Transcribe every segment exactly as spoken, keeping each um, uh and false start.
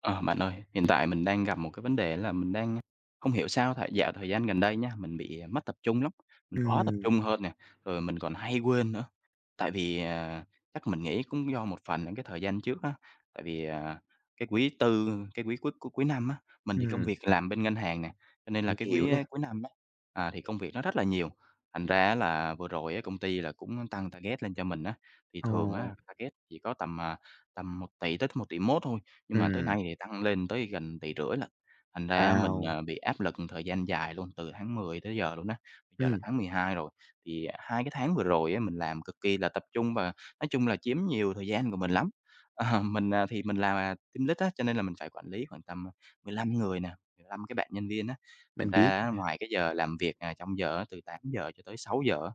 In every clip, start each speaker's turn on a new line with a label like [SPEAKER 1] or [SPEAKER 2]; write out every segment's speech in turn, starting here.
[SPEAKER 1] Ờ, Bạn ơi, hiện tại mình đang gặp một cái vấn đề là mình đang không hiểu sao thời dạo thời gian gần đây nha, mình bị à, mất tập trung lắm, mình khó tập
[SPEAKER 2] Ừm,
[SPEAKER 1] trung hơn nè, rồi mình còn hay quên nữa. Tại vì, à, chắc mình nghĩ cũng do một phần là cái thời gian trước á, tại vì, à, cái quý Tư, cái quý cuối cuối cuối năm á, mình thì công
[SPEAKER 2] ừm,
[SPEAKER 1] việc làm bên ngân hàng nè, cho nên là
[SPEAKER 2] mình
[SPEAKER 1] cái
[SPEAKER 2] hiểu
[SPEAKER 1] quý,
[SPEAKER 2] nè.
[SPEAKER 1] a, cuối năm á, à, thì công việc nó rất là nhiều. Thành ra là vừa rồi á, công ty là cũng tăng target lên cho mình á, thì
[SPEAKER 2] Ồ,
[SPEAKER 1] thường á target chỉ có tầm, à, tầm một tỷ tới một tỷ không trăm triệu thôi, nhưng mà tới
[SPEAKER 2] ừm,
[SPEAKER 1] nay thì tăng lên tới gần tỷ rưỡi không trăm triệu lận, thành ra á mình,
[SPEAKER 2] wow,
[SPEAKER 1] ờ, bị áp lực một thời gian dài luôn, từ tháng mười tới giờ luôn á, bây giờ là
[SPEAKER 2] ừm,
[SPEAKER 1] tháng mười hai rồi. Thì hai cái tháng vừa rồi á mình làm cực kỳ là tập trung và nói chung là chiếm nhiều thời gian của mình lắm. Ờ, mình, à, thì mình là team lead á, cho nên là mình phải quản lý khoảng tầm, mười lăm người nè, mười lăm cái bạn nhân viên á, thành
[SPEAKER 2] mình biết,
[SPEAKER 1] ra á ngoài cái giờ làm việc, à, trong giờ á, từ tám giờ cho tới sáu giờ á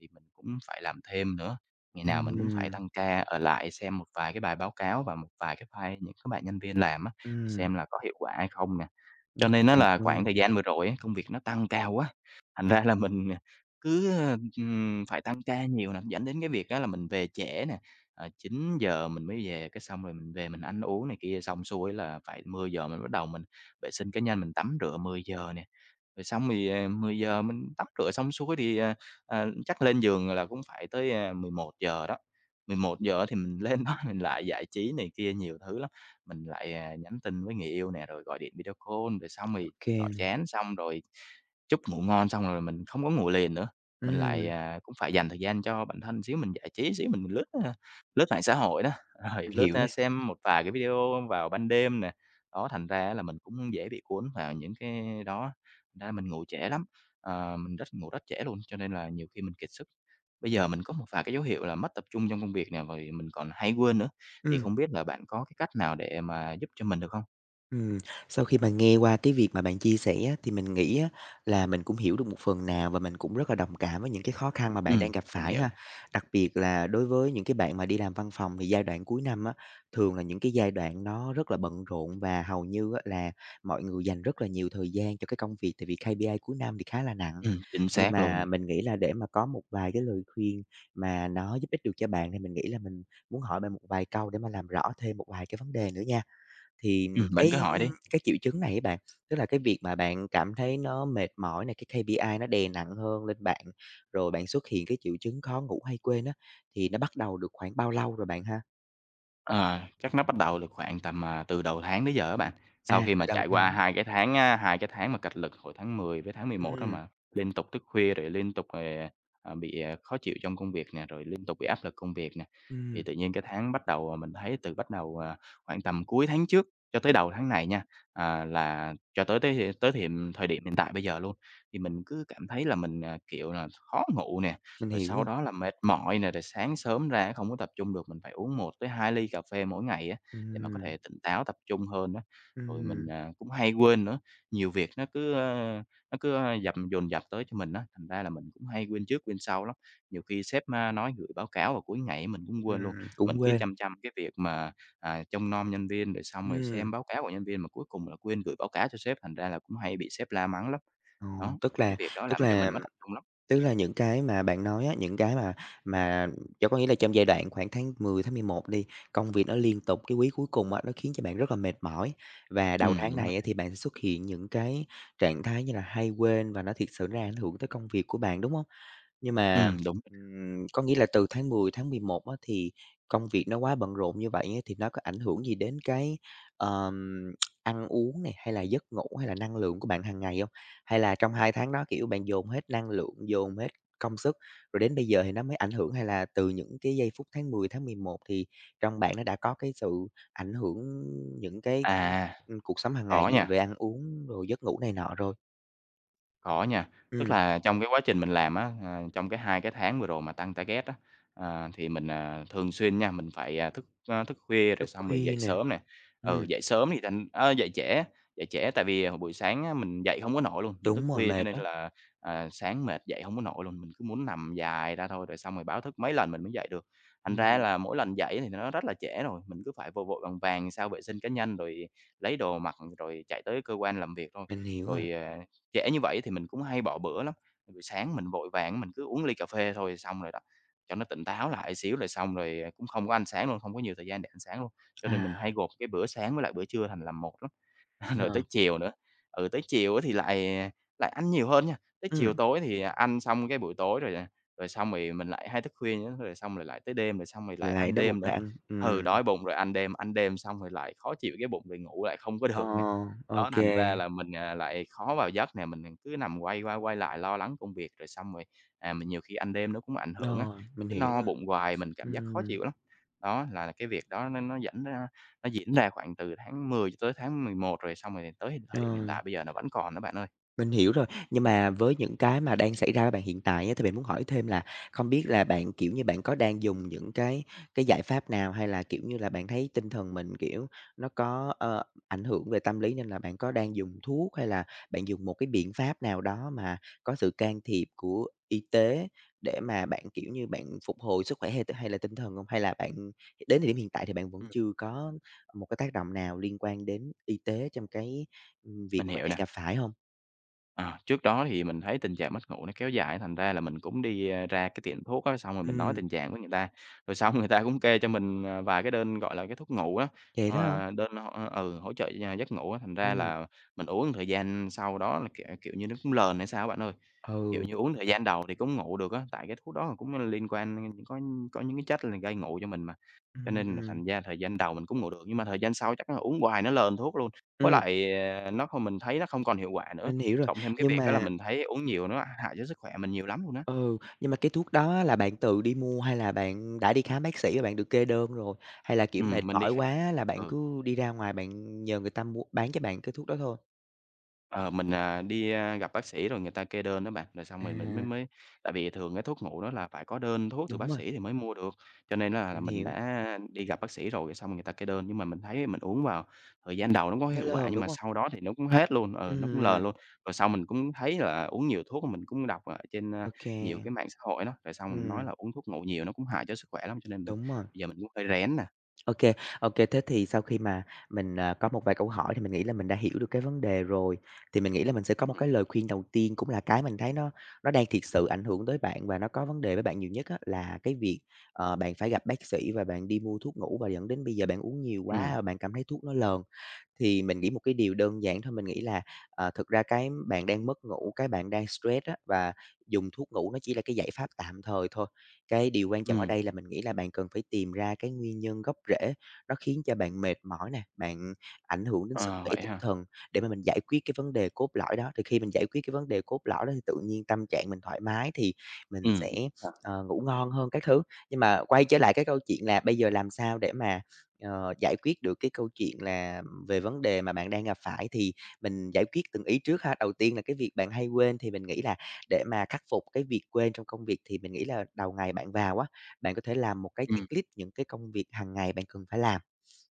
[SPEAKER 1] thì mình cũng phải làm thêm nữa. Ngày nào mình cũng phải
[SPEAKER 2] ừm,
[SPEAKER 1] tăng ca ở lại xem một vài cái bài báo cáo và một vài cái file những cái bạn nhân viên làm á, để
[SPEAKER 2] ừm,
[SPEAKER 1] xem là có hiệu quả hay không nè. Cho nên á
[SPEAKER 2] à,
[SPEAKER 1] là khoảng thời gian vừa rồi á, công việc nó tăng cao quá, thành ra là mình, à, cứ, ờ, ừm, phải tăng ca nhiều nè, dẫn đến cái việc á là mình về trễ nè. À, chín giờ mình mới về, cái xong rồi mình về mình ăn uống này kia xong xuôi là phải mười giờ mình bắt đầu mình vệ sinh cá nhân, mình tắm rửa mười giờ nè. Rồi xong thì, ờ, mười giờ mình tắm rửa xong xuôi thì, à, à, chắc lên giường là cũng phải tới, ờ, mười một giờ đó, mười một giờ thì mình lên đó mình lại giải trí này kia nhiều thứ lắm, mình lại, à, nhắn tin với người yêu nè, rồi gọi điện video call, rồi xong
[SPEAKER 2] ô
[SPEAKER 1] thì
[SPEAKER 2] kê
[SPEAKER 1] gọi
[SPEAKER 2] nè,
[SPEAKER 1] chán, xong rồi chút ngủ ngon xong rồi mình không có ngồi liền nữa, mình
[SPEAKER 2] ừm,
[SPEAKER 1] lại, à, cũng phải dành thời gian cho bản thân xíu, mình giải trí xíu, mình mình lướt, a, lướt mạng xã hội đó, rồi
[SPEAKER 2] mình
[SPEAKER 1] lướt,
[SPEAKER 2] hiểu nè,
[SPEAKER 1] a, xem một vài cái video vào ban đêm nè. Đó, thành ra á là mình cũng dễ bị cuốn vào những cái đó, thành ra mình ngủ trễ lắm, ờ, mình rất ngủ rất trễ luôn, cho nên là nhiều khi mình kiệt sức. Bây giờ mình có một vài cái dấu hiệu là mất tập trung trong công việc nè, rồi mình còn hay quên nữa, thì
[SPEAKER 2] ừm.
[SPEAKER 1] không biết là bạn có cái cách nào để mà giúp cho mình được không?
[SPEAKER 2] Ừm, sau khi mà nghe qua cái việc mà bạn chia sẻ á, thì mình nghĩ á, là mình cũng hiểu được một phần nào và mình cũng rất là đồng cảm với những cái khó khăn mà bạn
[SPEAKER 1] Ừm,
[SPEAKER 2] đang gặp
[SPEAKER 1] mình
[SPEAKER 2] phải
[SPEAKER 1] hiểu
[SPEAKER 2] ha.
[SPEAKER 1] nè,
[SPEAKER 2] Đặc biệt là đối với những cái bạn mà đi làm văn phòng thì giai đoạn cuối năm á, thường là những cái giai đoạn nó rất là bận rộn và hầu như á, là mọi người dành rất là nhiều thời gian cho cái công việc tại vì kây pi ai cuối năm thì khá là nặng.
[SPEAKER 1] ừm, chính
[SPEAKER 2] Nhưng
[SPEAKER 1] xác luôn
[SPEAKER 2] mà
[SPEAKER 1] nè.
[SPEAKER 2] mình nghĩ là để mà có một vài cái lời khuyên mà nó giúp ích được cho bạn thì mình nghĩ là mình muốn hỏi bạn một vài câu để mà làm rõ thêm một vài cái vấn đề nữa nha. Thì
[SPEAKER 1] Ừm, bạn
[SPEAKER 2] cái
[SPEAKER 1] cứ hỏi đi.
[SPEAKER 2] cái triệu chứng này ấy bạn, tức là cái việc mà bạn cảm thấy nó mệt mỏi này, cái kây pi ai nó đè nặng hơn lên bạn, rồi bạn xuất hiện cái triệu chứng khó ngủ hay quên á, thì nó bắt đầu được khoảng bao lâu rồi bạn ha?
[SPEAKER 1] Ờ, chắc nó bắt đầu được khoảng tầm, à, từ đầu tháng tới giờ á bạn. Sau
[SPEAKER 2] À,
[SPEAKER 1] khi
[SPEAKER 2] từ
[SPEAKER 1] mà
[SPEAKER 2] đầu
[SPEAKER 1] trải qua
[SPEAKER 2] tháng.
[SPEAKER 1] hai cái tháng á, hai cái tháng mà cạch lực hồi tháng mười với tháng mười một đó
[SPEAKER 2] Ừm,
[SPEAKER 1] mà liên tục thức khuya, rồi liên tục, ờ, ờ, bị, ờ, khó chịu trong công việc nè, rồi liên tục bị áp lực công việc nè, thì
[SPEAKER 2] ừm,
[SPEAKER 1] tự nhiên cái tháng bắt đầu, à, mình thấy từ bắt đầu, à, khoảng tầm cuối tháng trước cho tới đầu tháng này nha, à, là cho tới tới tới thì thời điểm hiện tại bây giờ luôn, thì mình cứ cảm thấy là mình, à, kiểu là, khó ngủ nè,
[SPEAKER 2] mình
[SPEAKER 1] rồi
[SPEAKER 2] hiểu
[SPEAKER 1] sau
[SPEAKER 2] rồi.
[SPEAKER 1] đó là mệt mỏi nè, rồi sáng sớm ra không có tập trung được, mình phải uống một tới hai ly cà phê mỗi ngày á, để mà có
[SPEAKER 2] Ừm,
[SPEAKER 1] thể tỉnh táo tập trung hơn đó. Rồi mình,
[SPEAKER 2] ừm,
[SPEAKER 1] à, cũng hay quên nữa, nhiều việc nó cứ, ơ, nó cứ, ơ, dầm dồn dập tới cho mình đó thành ra là mình cũng hay quên trước quên sau lắm. Nhiều khi sếp, a, nói gửi báo cáo vào cuối ngày mình cũng quên luôn,
[SPEAKER 2] ừm, cũng
[SPEAKER 1] mình cứ
[SPEAKER 2] quên.
[SPEAKER 1] chăm chăm cái việc mà, à, trông nom nhân viên, rồi xong rồi
[SPEAKER 2] Ừm,
[SPEAKER 1] xem báo cáo của nhân viên mà cuối cùng là quên gửi báo cáo cho sếp, thành ra là cũng hay bị sếp la mắng lắm.
[SPEAKER 2] ồ,
[SPEAKER 1] Đó,
[SPEAKER 2] tức
[SPEAKER 1] những
[SPEAKER 2] là
[SPEAKER 1] cái việc đó
[SPEAKER 2] tức
[SPEAKER 1] làm cho
[SPEAKER 2] là
[SPEAKER 1] mình mất tập trung lắm.
[SPEAKER 2] Tức là những cái mà bạn nói á, những cái mà mà cho có nghĩa là trong giai đoạn khoảng tháng mười, tháng mười một đi, công việc nó liên tục, cái quý cuối cùng á, nó khiến cho bạn rất là mệt mỏi. Và đầu
[SPEAKER 1] Ừm,
[SPEAKER 2] tháng
[SPEAKER 1] đúng rồi
[SPEAKER 2] này á,
[SPEAKER 1] nè.
[SPEAKER 2] thì bạn sẽ xuất hiện những cái trạng thái như là hay quên và nó thiệt sự nó ảnh hưởng tới công việc của bạn, đúng không? Nhưng
[SPEAKER 1] Ừ,
[SPEAKER 2] mà,
[SPEAKER 1] đúng.
[SPEAKER 2] ừm, có nghĩa là từ tháng mười, tháng mười một á, thì công việc nó quá bận rộn như vậy á, thì nó có ảnh hưởng gì đến cái, ờm, ăn uống này hay là giấc ngủ, hay là năng lượng của bạn hàng ngày hông? Hay là trong hai tháng đó, kiểu, bạn dồn hết năng lượng, dồn hết công sức, rồi đến bây giờ thì nó mới ảnh hưởng, hay là từ những cái giây phút tháng mười, tháng mười một thì trong bạn nó đã có cái sự ảnh hưởng những cái,
[SPEAKER 1] À,
[SPEAKER 2] ưm, cuộc sống hàng ngày
[SPEAKER 1] có
[SPEAKER 2] như là
[SPEAKER 1] nha.
[SPEAKER 2] về ăn uống rồi giấc ngủ này nọ rồi?
[SPEAKER 1] Có nha, tức
[SPEAKER 2] Ừm,
[SPEAKER 1] là trong cái quá trình mình làm á, ờ, trong cái hai cái tháng vừa rồi mà tăng target á, ờ, thì mình, à, thường xuyên nha, mình phải, à, thức, ơ, thức khuya rồi
[SPEAKER 2] thức
[SPEAKER 1] xong rồi
[SPEAKER 2] khuya
[SPEAKER 1] dậy
[SPEAKER 2] nè.
[SPEAKER 1] sớm nè. Ừ,
[SPEAKER 2] Ừm,
[SPEAKER 1] dậy sớm thì thành ơ, dậy trễ, dậy trễ tại vì hồi buổi sáng á mình dậy không có nổi luôn, mình thức
[SPEAKER 2] đúng rồi,
[SPEAKER 1] khuya cho
[SPEAKER 2] mệt
[SPEAKER 1] nên
[SPEAKER 2] đó.
[SPEAKER 1] là, à, sáng mệt dậy không có nổi luôn, mình cứ muốn nằm dài ra thôi, rồi xong rồi báo thức mấy lần mình mới dậy được. Thành ra
[SPEAKER 2] Ừm,
[SPEAKER 1] là mỗi lần dậy thì nó rất là trễ rồi, mình cứ phải vội vội vàng vàng sao vệ sinh cá nhân, rồi lấy đồ mặc, rồi chạy tới cơ quan làm việc thôi.
[SPEAKER 2] mình hiểu à.
[SPEAKER 1] Rồi, ờ Trễ như vậy thì mình cũng hay bỏ bữa lắm, buổi sáng mình vội vàng mình cứ uống ly cà phê thôi xong rồi đó, cho nó tỉnh táo lại xíu rồi xong rồi, à, cũng không có ăn sáng luôn, không có nhiều thời gian để ăn sáng luôn. Cho nên
[SPEAKER 2] À,
[SPEAKER 1] mình hay gộp cái bữa sáng với lại bữa trưa thành làm một lắm. Rồi tới
[SPEAKER 2] ờ,
[SPEAKER 1] chiều nữa, ừ, tới chiều á thì lại lại ăn nhiều hơn nha, tới chiều
[SPEAKER 2] ừm,
[SPEAKER 1] tối thì ăn xong cái buổi tối rồi, à, rồi xong rồi mình lại hay thức khuya nữa, rồi xong rồi lại tới đêm, rồi xong rồi lại
[SPEAKER 2] lại
[SPEAKER 1] ăn
[SPEAKER 2] đói bụng
[SPEAKER 1] đêm
[SPEAKER 2] lại
[SPEAKER 1] nữa.
[SPEAKER 2] ăn.
[SPEAKER 1] Ừ,
[SPEAKER 2] Ừm,
[SPEAKER 1] đói bụng rồi ăn đêm, ăn đêm xong rồi lại khó chịu cái bụng, rồi ngủ lại không có
[SPEAKER 2] ờ,
[SPEAKER 1] được nè.
[SPEAKER 2] ô
[SPEAKER 1] Đó, thành ra là mình, à, lại khó vào giấc nè, mình cứ nằm quay qua quay lại lo lắng công việc, rồi xong rồi, à, mình nhiều khi ăn đêm nó cũng ảnh hưởng á,
[SPEAKER 2] rồi, mình
[SPEAKER 1] cứ
[SPEAKER 2] hiểu
[SPEAKER 1] no
[SPEAKER 2] rồi.
[SPEAKER 1] bụng hoài, mình cảm giác khó
[SPEAKER 2] Ừm,
[SPEAKER 1] chịu lắm. Đó là cái việc đó nó nó dẫn ra nó diễn ra khoảng từ tháng mười cho tới tháng mười một rồi xong rồi tới
[SPEAKER 2] ờ.
[SPEAKER 1] thời điểm hiện tại bây giờ nó vẫn còn đó bạn ơi.
[SPEAKER 2] Mình hiểu rồi, nhưng mà với những cái mà đang xảy ra với bạn hiện tại á, thì mình muốn hỏi thêm là không biết là bạn, kiểu như, bạn có đang dùng những cái cái giải pháp nào hay là, kiểu như là, bạn thấy tinh thần mình, kiểu, nó có, ờ, ảnh hưởng về tâm lý nên là bạn có đang dùng thuốc hay là bạn dùng một cái biện pháp nào đó mà có sự can thiệp của y tế để mà bạn, kiểu như, bạn phục hồi sức khỏe hay hay là tinh thần hông? Hay là bạn đến thời điểm hiện tại thì bạn vẫn
[SPEAKER 1] Ừm.
[SPEAKER 2] chưa có một cái tác động nào liên quan đến y tế trong cái, ừm, việc
[SPEAKER 1] Mình
[SPEAKER 2] mà mình
[SPEAKER 1] hiểu
[SPEAKER 2] đang
[SPEAKER 1] nè.
[SPEAKER 2] gặp phải hông?
[SPEAKER 1] Ờ, trước đó thì mình thấy tình trạng mất ngủ nó kéo dài thành ra là mình cũng đi, a, ra cái tiệm thuốc á, xong rồi mình nói
[SPEAKER 2] Ừm,
[SPEAKER 1] tình trạng với người ta, rồi xong người ta cũng kê cho mình, ờ, vài cái đơn, gọi là, cái thuốc ngủ á,
[SPEAKER 2] vậy đó hả?
[SPEAKER 1] ờ, đơn h ừ, hỗ trợ gi giấc ngủ á, thành ra
[SPEAKER 2] Ừm,
[SPEAKER 1] là mình uống thời gian sau đó là, kiểu kiểu như, nó cũng lờn hay sao á bạn ơi. Kiểu
[SPEAKER 2] ừ,
[SPEAKER 1] như, uống thời gian đầu thì cũng ngủ được á, tại cái thuốc đó cũng liên quan có có những cái chất là gây ngủ cho mình mà. Cho nên là
[SPEAKER 2] ừm,
[SPEAKER 1] thành ra thời gian đầu mình cũng ngủ được, nhưng mà thời gian sau chắc là uống hoài nó lên thuốc luôn. Với
[SPEAKER 2] ừm,
[SPEAKER 1] lại, ờ, nó không mình thấy nó không còn hiệu quả nữa,
[SPEAKER 2] mình hiểu rồi.
[SPEAKER 1] cộng thêm cái
[SPEAKER 2] Nhưng
[SPEAKER 1] việc đó là
[SPEAKER 2] mà
[SPEAKER 1] mình thấy uống nhiều nó hại cho sức khỏe mình nhiều lắm luôn á.
[SPEAKER 2] ừ, nhưng mà cái thuốc đó á là bạn tự đi mua hay là bạn đã đi khám bác sĩ và bạn được kê đơn rồi? Hay là, kiểu,
[SPEAKER 1] Ừ
[SPEAKER 2] mệt
[SPEAKER 1] mình đi
[SPEAKER 2] mỏi
[SPEAKER 1] khám
[SPEAKER 2] quá là bạn
[SPEAKER 1] ừ.
[SPEAKER 2] cứ đi ra ngoài bạn nhờ người ta mua bán cho bạn cái thuốc đó thôi?
[SPEAKER 1] Ờ, mình, à, đi, a, gặp bác sĩ rồi người ta kê đơn đó bạn, rồi xong mình mình mới
[SPEAKER 2] À,
[SPEAKER 1] mới tại vì thường cái thuốc ngủ đó là phải có đơn thuốc từ
[SPEAKER 2] đúng
[SPEAKER 1] bác
[SPEAKER 2] rồi,
[SPEAKER 1] sĩ thì mới mua được, cho nên á là
[SPEAKER 2] mình
[SPEAKER 1] mình
[SPEAKER 2] hiểu,
[SPEAKER 1] đã đi gặp bác sĩ rồi, rồi xong người ta kê đơn. Nhưng mà mình thấy mình uống vào thời gian đầu nó có
[SPEAKER 2] nó
[SPEAKER 1] hiệu quả
[SPEAKER 2] lờn,
[SPEAKER 1] nhưng
[SPEAKER 2] đúng
[SPEAKER 1] mà
[SPEAKER 2] hông?
[SPEAKER 1] sau đó thì nó cũng hết luôn, ừ, nó cũng lờ
[SPEAKER 2] Ừm,
[SPEAKER 1] luôn. Rồi sau mình cũng thấy là uống nhiều thuốc mình cũng đọc ở trên, a,
[SPEAKER 2] ô kê,
[SPEAKER 1] nhiều cái mạng xã hội đó, rồi xong mình nói
[SPEAKER 2] ừm,
[SPEAKER 1] là uống thuốc ngủ nhiều nó cũng hại cho sức khỏe lắm, cho nên mình
[SPEAKER 2] đúng rồi.
[SPEAKER 1] bây giờ mình cũng hơi rén nè.
[SPEAKER 2] OK, OK. Thế thì sau khi mà mình, à, có một vài câu hỏi thì mình nghĩ là mình đã hiểu được cái vấn đề rồi, thì mình nghĩ là mình sẽ có một
[SPEAKER 1] Ừ,
[SPEAKER 2] cái lời khuyên đầu tiên cũng là cái mình thấy nó nó đang thiệt sự ảnh hưởng tới bạn và nó có vấn đề với bạn nhiều nhất á, là cái việc, ờ, bạn phải gặp bác sĩ và bạn đi mua thuốc ngủ và dẫn đến bây giờ bạn uống nhiều
[SPEAKER 1] ừ,
[SPEAKER 2] quá và bạn cảm thấy thuốc nó lờn. Thì mình nghĩ một cái điều đơn giản thôi, mình nghĩ là, ờ, thực ra cái bạn đang mất ngủ, cái bạn đang stress á, và dùng thuốc ngủ nó chỉ là cái giải pháp tạm thời thôi. Cái điều quan trọng ở
[SPEAKER 1] ừm,
[SPEAKER 2] đây là mình nghĩ là bạn cần phải tìm ra cái nguyên nhân gốc rễ nó khiến cho bạn mệt mỏi nè, bạn ảnh hưởng đến sức
[SPEAKER 1] ờ,
[SPEAKER 2] khỏe
[SPEAKER 1] vậy
[SPEAKER 2] tinh
[SPEAKER 1] hả?
[SPEAKER 2] thần để mà mình giải quyết cái vấn đề cốt lõi đó. Thì khi mình giải quyết cái vấn đề cốt lõi đó thì tự nhiên tâm trạng mình thoải mái thì
[SPEAKER 1] Ừ,
[SPEAKER 2] mình sẽ,
[SPEAKER 1] ờ,
[SPEAKER 2] ờ, ngủ ngon hơn các thứ. Nhưng mà quay trở lại cái câu chuyện là bây giờ làm sao để mà ờ, giải quyết được cái câu chuyện là về vấn đề mà bạn đang gặp phải thì mình giải quyết từng ý trước ha. Đầu tiên là cái việc bạn hay quên thì mình nghĩ là để mà khắc phục cái việc quên trong công việc thì mình nghĩ là đầu ngày bạn vào á, bạn có thể làm một cái checklist những cái công việc hàng ngày bạn cần phải làm.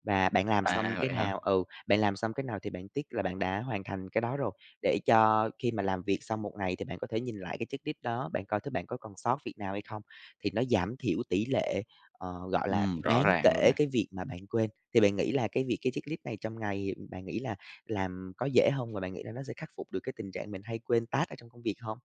[SPEAKER 2] Và bạn làm xong
[SPEAKER 1] à,
[SPEAKER 2] cái
[SPEAKER 1] vậy hả?
[SPEAKER 2] nào ừ, bạn làm xong cái nào thì bạn tiếc là bạn đã hoàn thành cái đó rồi, để cho khi mà làm việc xong một ngày thì bạn có thể nhìn lại cái checklist đó, bạn coi thứ bạn có còn sót việc nào hay không, thì nó giảm thiểu tỷ lệ, ờ, gọi là,
[SPEAKER 1] Ừm, rõ
[SPEAKER 2] đáng
[SPEAKER 1] ràng luôn
[SPEAKER 2] kể
[SPEAKER 1] nè.
[SPEAKER 2] cái việc mà bạn quên. Thì bạn nghĩ là cái việc cái checklist này trong ngày bạn nghĩ là làm có dễ không? Và bạn nghĩ là nó sẽ khắc phục được cái tình trạng mình hay quên task ở trong công việc không?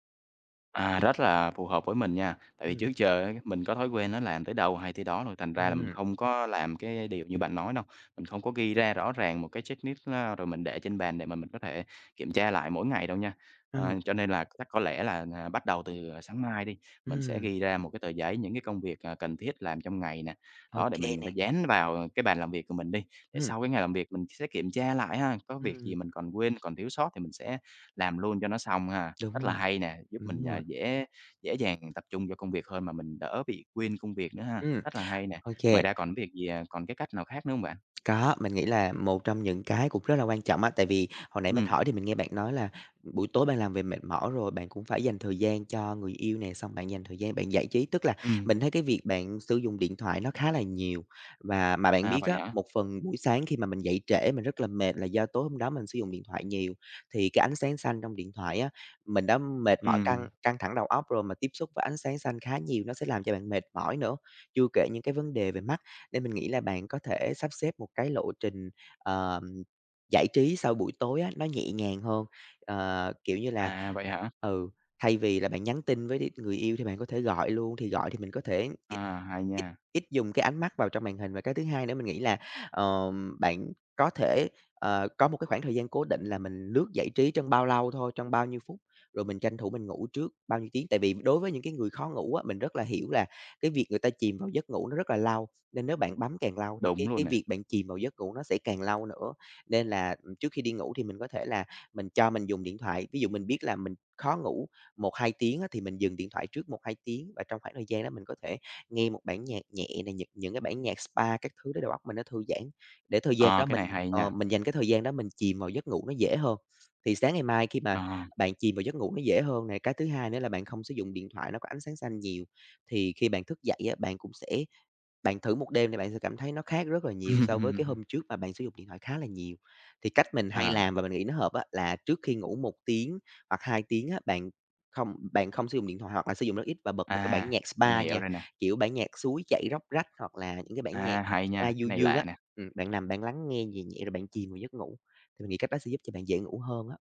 [SPEAKER 1] À, rất là phù hợp với mình nha, tại vì
[SPEAKER 2] Ừm,
[SPEAKER 1] trước giờ á, mình có thói quen nó làm tới đâu hay tới đó rồi thành ra là mình
[SPEAKER 2] ừm,
[SPEAKER 1] không có làm cái điều như bạn nói đâu. Mình không có ghi ra rõ ràng một cái checklist á, rồi mình để trên bàn để mà mình có thể kiểm tra lại mỗi ngày đâu nha. Ờ,
[SPEAKER 2] ừ,
[SPEAKER 1] cho nên là chắc có lẽ là, à, bắt đầu từ, à, sáng mai đi, mình sẽ
[SPEAKER 2] ừm,
[SPEAKER 1] ghi ra một cái tờ giấy những cái công việc, à, cần thiết làm trong ngày nè.
[SPEAKER 2] ô
[SPEAKER 1] Đó, để mình
[SPEAKER 2] nè.
[SPEAKER 1] phải dán vào cái bàn làm việc của mình đi, để
[SPEAKER 2] Ừm,
[SPEAKER 1] sau cái ngày làm việc mình sẽ kiểm tra lại ha, có việc
[SPEAKER 2] ừm,
[SPEAKER 1] gì mình còn quên, còn thiếu sót thì mình sẽ làm luôn cho nó xong ha,
[SPEAKER 2] đúng
[SPEAKER 1] rất là
[SPEAKER 2] rồi,
[SPEAKER 1] hay nè, giúp mình,
[SPEAKER 2] đúng
[SPEAKER 1] à,
[SPEAKER 2] rồi.
[SPEAKER 1] dễ dễ dàng tập trung vô công việc hơn mà mình đỡ bị quên công việc nữa ha,
[SPEAKER 2] Ừm,
[SPEAKER 1] rất là hay nè.
[SPEAKER 2] ok.
[SPEAKER 1] Ngoài ra còn việc gì, à, còn cái cách nào khác nữa không bạn?
[SPEAKER 2] Có, mình nghĩ là một trong những cái cũng rất là quan trọng á, tại vì hồi nãy
[SPEAKER 1] Ừ,
[SPEAKER 2] mình hỏi thì mình nghe bạn nói là buổi tối bạn làm về mệt mỏi rồi, bạn cũng phải dành thời gian cho người yêu nè, xong bạn dành thời gian bạn giải trí. Tức là
[SPEAKER 1] ừm,
[SPEAKER 2] mình thấy cái việc bạn sử dụng điện thoại nó khá là nhiều và mà bạn
[SPEAKER 1] à,
[SPEAKER 2] biết
[SPEAKER 1] vậy
[SPEAKER 2] á,
[SPEAKER 1] hả?
[SPEAKER 2] một phần buổi sáng khi mà mình dậy trễ mình rất là mệt là do tối hôm đó mình sử dụng điện thoại nhiều, thì cái ánh sáng xanh trong điện thoại á, mình đã mệt mỏi
[SPEAKER 1] Ừ,
[SPEAKER 2] căng căng thẳng đầu óc rồi mà tiếp xúc với ánh sáng xanh khá nhiều nó sẽ làm cho bạn mệt mỏi nữa. Chưa kể những cái vấn đề về mắt nên mình nghĩ là bạn có thể sắp xếp một cái lộ trình, ờm, giải trí sau buổi tối á, nó nhẹ nhàng hơn, ờ, kiểu như là
[SPEAKER 1] à, vậy hả?
[SPEAKER 2] ừ, thay vì là bạn nhắn tin với đ người yêu thì bạn có thể gọi luôn, thì gọi thì mình có thể
[SPEAKER 1] À,
[SPEAKER 2] ít
[SPEAKER 1] hay
[SPEAKER 2] ít
[SPEAKER 1] nha,
[SPEAKER 2] ít dùng cái ánh mắt vào trong màn hình. Và cái thứ hai nữa mình nghĩ là, ờm, bạn có thể, ờ, có một cái khoảng thời gian cố định là mình lướt giải trí trong bao lâu thôi, trong bao nhiêu phút, rồi mình tranh thủ mình ngủ trước bao nhiêu tiếng. Tại vì đối với những cái người khó ngủ á, mình rất là hiểu là cái việc người ta chìm vào giấc ngủ nó rất là lâu, nên nếu bạn bấm càng lâu thì
[SPEAKER 1] đúng
[SPEAKER 2] cái
[SPEAKER 1] luôn
[SPEAKER 2] cái
[SPEAKER 1] nè,
[SPEAKER 2] việc bạn chìm vào giấc ngủ nó sẽ càng lâu nữa. Nên là, trước khi đi ngủ thì mình có thể là mình cho mình dùng điện thoại, ví dụ mình biết là mình khó ngủ một hai tiếng á, thì mình dừng điện thoại trước một hai tiếng và trong khoảng thời gian đó mình có thể nghe một bản nhạc nhẹ này những những cái bản nhạc spa các thứ để đầu óc mình nó thư giãn, để thời gian
[SPEAKER 1] ờ,
[SPEAKER 2] đó
[SPEAKER 1] cái
[SPEAKER 2] mình,
[SPEAKER 1] này hay
[SPEAKER 2] ờ,
[SPEAKER 1] nha,
[SPEAKER 2] mình dành cái thời gian đó mình chìm vào giấc ngủ nó dễ hơn. Thì sáng ngày mai khi mà
[SPEAKER 1] ờ,
[SPEAKER 2] bạn chìm vào giấc ngủ nó dễ hơn này cái thứ hai nữa là bạn không sử dụng điện thoại nó có ánh sáng xanh nhiều, thì khi bạn thức dậy á, bạn cũng sẽ bạn thử một đêm thì bạn sẽ cảm thấy nó khác rất là nhiều so với cái hôm trước mà bạn sử dụng điện thoại khá là nhiều. Thì cách mình hay
[SPEAKER 1] ờ,
[SPEAKER 2] làm và mình nghĩ nó hợp á, là trước khi ngủ một tiếng hoặc hai tiếng á, bạn không bạn không sử dụng điện thoại hoặc là sử dụng rất ít và bật một cái bản
[SPEAKER 1] à,
[SPEAKER 2] nhạc
[SPEAKER 1] mình
[SPEAKER 2] spa
[SPEAKER 1] hiểu
[SPEAKER 2] nha,
[SPEAKER 1] rồi nè,
[SPEAKER 2] kiểu, bản nhạc suối chảy róc rách hoặc là những cái bản nhạc
[SPEAKER 1] à, hay nha,
[SPEAKER 2] spa
[SPEAKER 1] cái
[SPEAKER 2] du
[SPEAKER 1] này
[SPEAKER 2] dương á.
[SPEAKER 1] lạ nè.
[SPEAKER 2] Ừm, bạn nằm bạn lắng nghe nhẹ nhẹ rồi bạn chìm vào giấc ngủ, thì mình nghĩ cách đó sẽ giúp cho bạn dễ ngủ hơn á.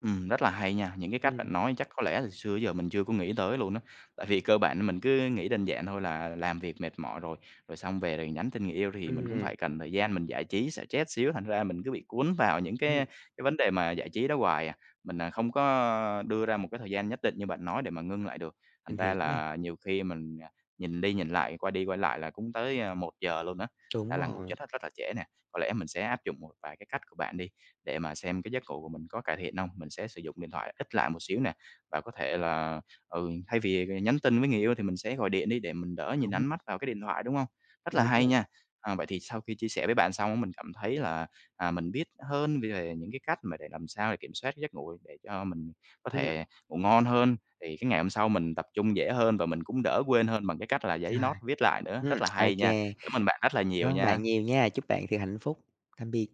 [SPEAKER 1] Ừm, rất là hay nha, những cái cách
[SPEAKER 2] Ừm,
[SPEAKER 1] bạn nói chắc có lẽ từ xưa giờ mình chưa có nghĩ tới luôn á. Tại vì cơ bản mình cứ nghĩ đơn giản thôi là làm việc mệt mỏi rồi, rồi xong về rồi nhắn tin người yêu thì mình cũng
[SPEAKER 2] ừm,
[SPEAKER 1] phải cần thời gian mình giải trí, xả stress xíu, thành ra mình cứ bị cuốn vào những
[SPEAKER 2] ừm,
[SPEAKER 1] cái cái vấn đề mà giải trí đó hoài à. Mình, à, không có đưa ra một cái thời gian nhất định như bạn nói để mà ngưng lại được. Thành
[SPEAKER 2] mình
[SPEAKER 1] ra
[SPEAKER 2] hiểu nè.
[SPEAKER 1] là nhiều khi mình, à, nhìn đi nhìn lại, quay đi quay lại là cũng tới, à, một giờ luôn á, thành
[SPEAKER 2] Đúng
[SPEAKER 1] ra là ngủ
[SPEAKER 2] rồi,
[SPEAKER 1] chết hết rất là trễ nè. Có lẽ mình sẽ áp dụng một vài cái cách của bạn đi, để mà xem cái giấc ngủ của mình có cải thiện không, Mình sẽ sử dụng điện thoại ít lại một xíu nè, và có thể là, ừ, thay vì nhắn tin với người yêu thì mình sẽ gọi điện đi để mình đỡ nhìn
[SPEAKER 2] đúng,
[SPEAKER 1] ánh mắt vào cái điện thoại, đúng không? Rất là
[SPEAKER 2] đúng
[SPEAKER 1] hay
[SPEAKER 2] rồi.
[SPEAKER 1] nha. À, vậy thì sau khi chia sẻ với bạn xong á, mình cảm thấy là, à, mình biết hơn về những cái cách mà để làm sao để kiểm soát cái giấc ngủ để cho mình có
[SPEAKER 2] Ừm,
[SPEAKER 1] thể ngủ ngon hơn, thì cái ngày hôm sau mình tập trung dễ hơn và mình cũng đỡ quên hơn bằng cái cách là giấy
[SPEAKER 2] rồi,
[SPEAKER 1] nốt viết lại nữa. Rất
[SPEAKER 2] ừm,
[SPEAKER 1] là
[SPEAKER 2] ô.
[SPEAKER 1] hay nha. Cảm ơn bạn rất là
[SPEAKER 2] Cảm
[SPEAKER 1] nhiều
[SPEAKER 2] ơn bạn
[SPEAKER 1] nha.
[SPEAKER 2] nhiều nha. Chúc bạn thật hạnh phúc. Tạm biệt.